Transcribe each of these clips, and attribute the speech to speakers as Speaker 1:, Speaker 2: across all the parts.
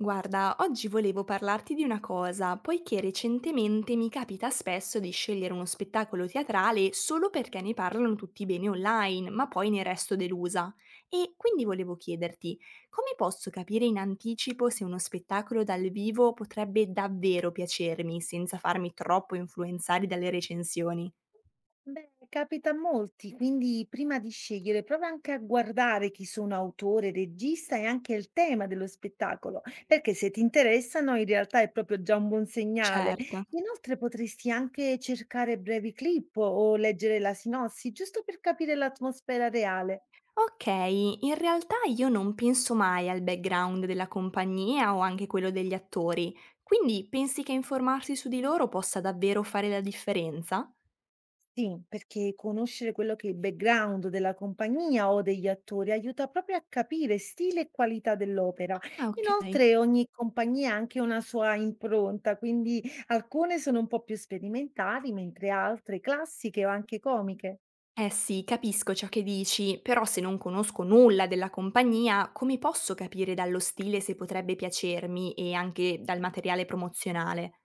Speaker 1: Guarda, oggi volevo parlarti di una cosa, poiché recentemente mi capita spesso di scegliere uno spettacolo teatrale solo perché ne parlano tutti bene online, ma poi ne resto delusa. E quindi volevo chiederti, come posso capire in anticipo se uno spettacolo dal vivo potrebbe davvero piacermi senza farmi troppo influenzare dalle recensioni?
Speaker 2: Beh, capita a molti, quindi prima di scegliere prova anche a guardare chi sono autore, regista e anche il tema dello spettacolo, perché se ti interessano in realtà è proprio già un buon segnale.
Speaker 1: Certo.
Speaker 2: Inoltre potresti anche cercare brevi clip o leggere la sinossi, giusto per capire l'atmosfera reale.
Speaker 1: Okay, in realtà io non penso mai al background della compagnia o anche quello degli attori, quindi pensi che informarsi su di loro possa davvero fare la differenza?
Speaker 2: Sì, perché conoscere quello che è il background della compagnia o degli attori aiuta proprio a capire stile e qualità dell'opera.
Speaker 1: Ah, okay.
Speaker 2: Inoltre, ogni compagnia ha anche una sua impronta, quindi alcune sono un po' più sperimentali, mentre altre classiche o anche comiche.
Speaker 1: Eh sì, capisco ciò che dici, però se non conosco nulla della compagnia, come posso capire dallo stile se potrebbe piacermi e anche dal materiale promozionale?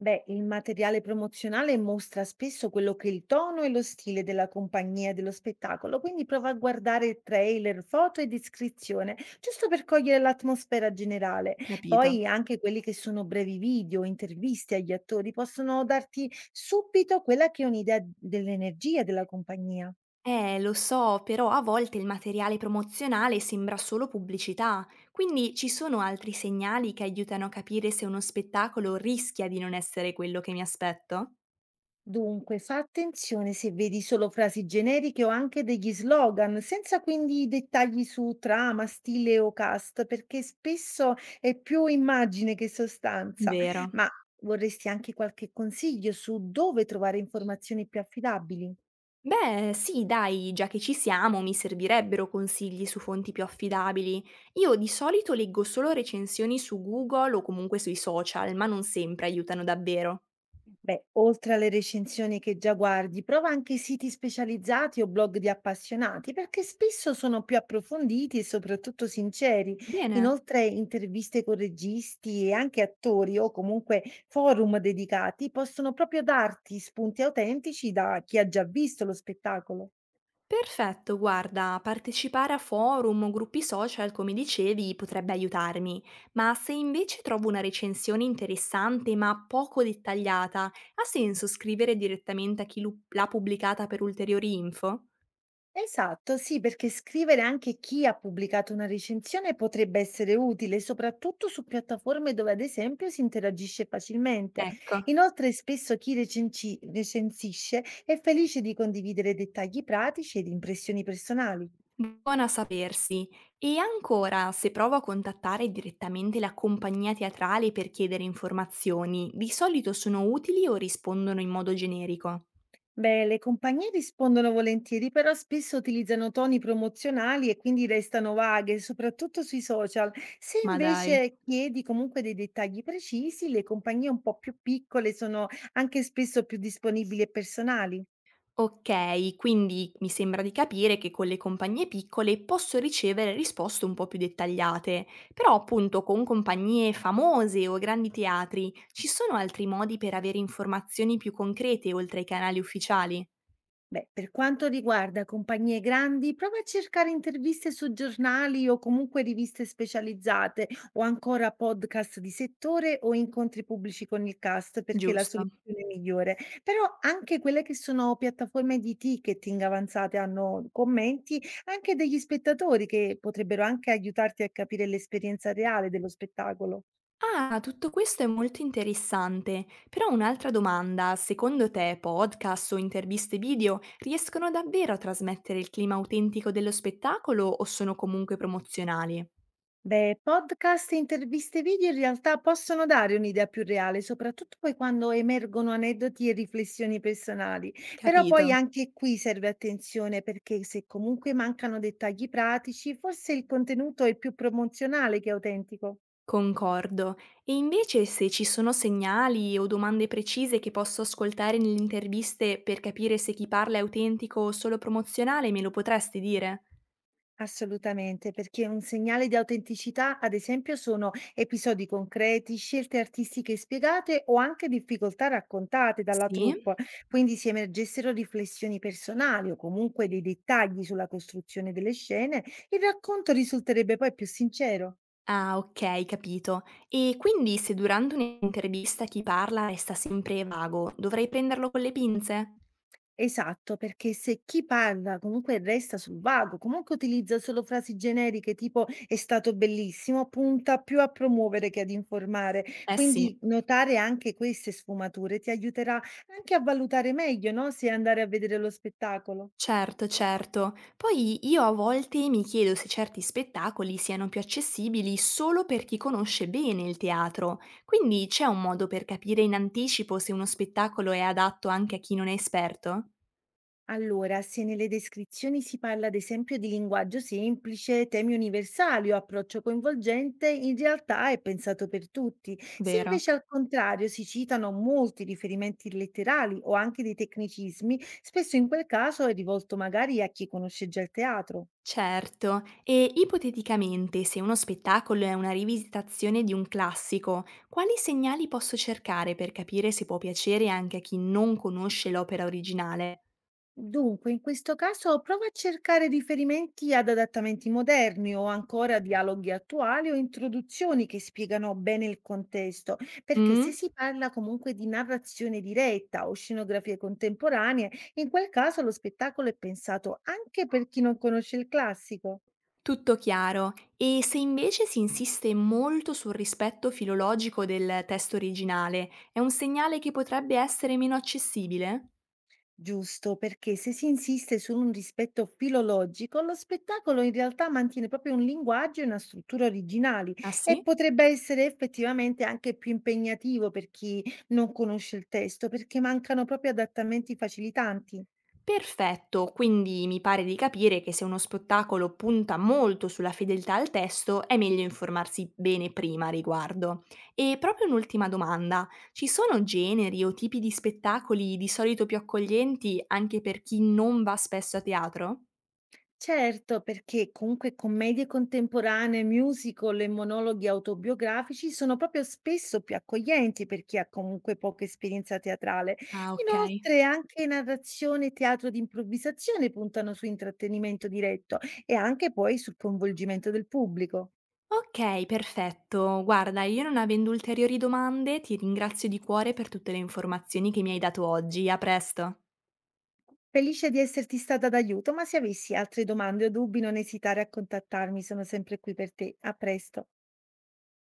Speaker 2: Beh, il materiale promozionale mostra spesso quello che è il tono e lo stile della compagnia e dello spettacolo, quindi prova a guardare trailer, foto e descrizione, giusto per cogliere l'atmosfera generale.
Speaker 1: Capito.
Speaker 2: Poi anche quelli che sono brevi video, interviste agli attori, possono darti subito quella che è un'idea dell'energia della compagnia.
Speaker 1: Lo so, però a volte il materiale promozionale sembra solo pubblicità, quindi ci sono altri segnali che aiutano a capire se uno spettacolo rischia di non essere quello che mi aspetto?
Speaker 2: Dunque, fa attenzione se vedi solo frasi generiche o anche degli slogan, senza quindi dettagli su trama, stile o cast, perché spesso è più immagine che sostanza.
Speaker 1: Vero.
Speaker 2: Ma vorresti anche qualche consiglio su dove trovare informazioni più affidabili?
Speaker 1: Beh, sì, dai, già che ci siamo, mi servirebbero consigli su fonti più affidabili. Io di solito leggo solo recensioni su Google o comunque sui social, ma non sempre aiutano davvero.
Speaker 2: Beh, oltre alle recensioni che già guardi, prova anche siti specializzati o blog di appassionati, perché spesso sono più approfonditi e soprattutto sinceri.
Speaker 1: Bene.
Speaker 2: Inoltre, interviste con registi e anche attori o comunque forum dedicati possono proprio darti spunti autentici da chi ha già visto lo spettacolo.
Speaker 1: Perfetto, guarda, partecipare a forum o gruppi social, come dicevi, potrebbe aiutarmi, ma se invece trovo una recensione interessante ma poco dettagliata, ha senso scrivere direttamente a chi l'ha pubblicata per ulteriori info?
Speaker 2: Esatto, sì, perché scrivere anche chi ha pubblicato una recensione potrebbe essere utile, soprattutto su piattaforme dove ad esempio si interagisce facilmente.
Speaker 1: Ecco,
Speaker 2: Inoltre, spesso chi recensisce è felice di condividere dettagli pratici ed impressioni personali.
Speaker 1: buona sapersi. E ancora, se provo a contattare direttamente la compagnia teatrale per chiedere informazioni, di solito sono utili o rispondono in modo generico?
Speaker 2: Beh, le compagnie rispondono volentieri, però spesso utilizzano toni promozionali e quindi restano vaghe, soprattutto sui social. Se
Speaker 1: Ma dai.
Speaker 2: invece chiedi comunque dei dettagli precisi, le compagnie un po' più piccole sono anche spesso più disponibili e personali.
Speaker 1: Okay, quindi mi sembra di capire che con le compagnie piccole posso ricevere risposte un po' più dettagliate, però appunto con compagnie famose o grandi teatri ci sono altri modi per avere informazioni più concrete oltre ai canali ufficiali,
Speaker 2: Beh, per quanto riguarda compagnie grandi, prova a cercare interviste su giornali o comunque riviste specializzate o ancora podcast di settore o incontri pubblici con il cast perché è la
Speaker 1: giusto?
Speaker 2: soluzione è migliore. Però anche quelle che sono piattaforme di ticketing avanzate hanno commenti anche degli spettatori che potrebbero anche aiutarti a capire l'esperienza reale dello spettacolo.
Speaker 1: Ah, tutto questo è molto interessante, però un'altra domanda, secondo te podcast o interviste video riescono davvero a trasmettere il clima autentico dello spettacolo o sono comunque promozionali?
Speaker 2: Beh, podcast e interviste video in realtà possono dare un'idea più reale, soprattutto poi quando emergono aneddoti e riflessioni personali. Però poi
Speaker 1: Capito.
Speaker 2: anche qui serve attenzione perché se comunque mancano dettagli pratici, forse il contenuto è più promozionale che autentico.
Speaker 1: Concordo. E invece se ci sono segnali o domande precise che posso ascoltare nelle interviste per capire se chi parla è autentico o solo promozionale, me lo potresti dire?
Speaker 2: Assolutamente, perché un segnale di autenticità, ad esempio, sono episodi concreti, scelte artistiche spiegate o anche difficoltà raccontate dalla
Speaker 1: Sì?
Speaker 2: troupe. Quindi se emergessero riflessioni personali o comunque dei dettagli sulla costruzione delle scene, il racconto risulterebbe poi più sincero.
Speaker 1: Ah, ok, capito. E quindi se durante un'intervista chi parla resta sempre vago, dovrei prenderlo con le pinze?
Speaker 2: Esatto, perché se chi parla comunque resta sul vago, comunque utilizza solo frasi generiche tipo è stato bellissimo, punta più a promuovere che ad informare.
Speaker 1: Eh sì.
Speaker 2: Quindi notare anche queste sfumature ti aiuterà anche a valutare meglio, no? Se andare a vedere lo spettacolo.
Speaker 1: Certo, certo. Poi io a volte mi chiedo se certi spettacoli siano più accessibili solo per chi conosce bene il teatro, quindi c'è un modo per capire in anticipo se uno spettacolo è adatto anche a chi non è esperto?
Speaker 2: Allora, se nelle descrizioni si parla ad esempio di linguaggio semplice, temi universali o approccio coinvolgente, in realtà è pensato per tutti. Se
Speaker 1: Vero.
Speaker 2: invece al contrario si citano molti riferimenti letterali o anche dei tecnicismi, spesso in quel caso è rivolto magari a chi conosce già il teatro.
Speaker 1: Certo, e ipoteticamente se uno spettacolo è una rivisitazione di un classico, quali segnali posso cercare per capire se può piacere anche a chi non conosce l'opera originale?
Speaker 2: Dunque, in questo caso prova a cercare riferimenti ad adattamenti moderni o ancora dialoghi attuali o introduzioni che spiegano bene il contesto, perché se
Speaker 1: Mm?
Speaker 2: si parla comunque di narrazione diretta o scenografie contemporanee, in quel caso lo spettacolo è pensato anche per chi non conosce il classico.
Speaker 1: Tutto chiaro. E se invece si insiste molto sul rispetto filologico del testo originale, è un segnale che potrebbe essere meno accessibile?
Speaker 2: Giusto, perché se si insiste su un rispetto filologico, lo spettacolo in realtà mantiene proprio un linguaggio e una struttura originali
Speaker 1: Ah
Speaker 2: e
Speaker 1: sì?
Speaker 2: potrebbe essere effettivamente anche più impegnativo per chi non conosce il testo, perché mancano proprio adattamenti facilitanti.
Speaker 1: Perfetto, quindi mi pare di capire che se uno spettacolo punta molto sulla fedeltà al testo, è meglio informarsi bene prima a riguardo. E proprio un'ultima domanda, ci sono generi o tipi di spettacoli di solito più accoglienti anche per chi non va spesso a teatro?
Speaker 2: Certo, perché comunque commedie contemporanee, musical e monologhi autobiografici sono proprio spesso più accoglienti per chi ha comunque poca esperienza teatrale.
Speaker 1: Ah ok.
Speaker 2: Inoltre anche narrazione e teatro di improvvisazione puntano su intrattenimento diretto e anche poi sul coinvolgimento del pubblico.
Speaker 1: Okay, perfetto. Guarda, io non avendo ulteriori domande, ti ringrazio di cuore per tutte le informazioni che mi hai dato oggi. A presto.
Speaker 2: Felice di esserti stata d'aiuto, ma se avessi altre domande o dubbi non esitare a contattarmi, sono sempre qui per te. A presto.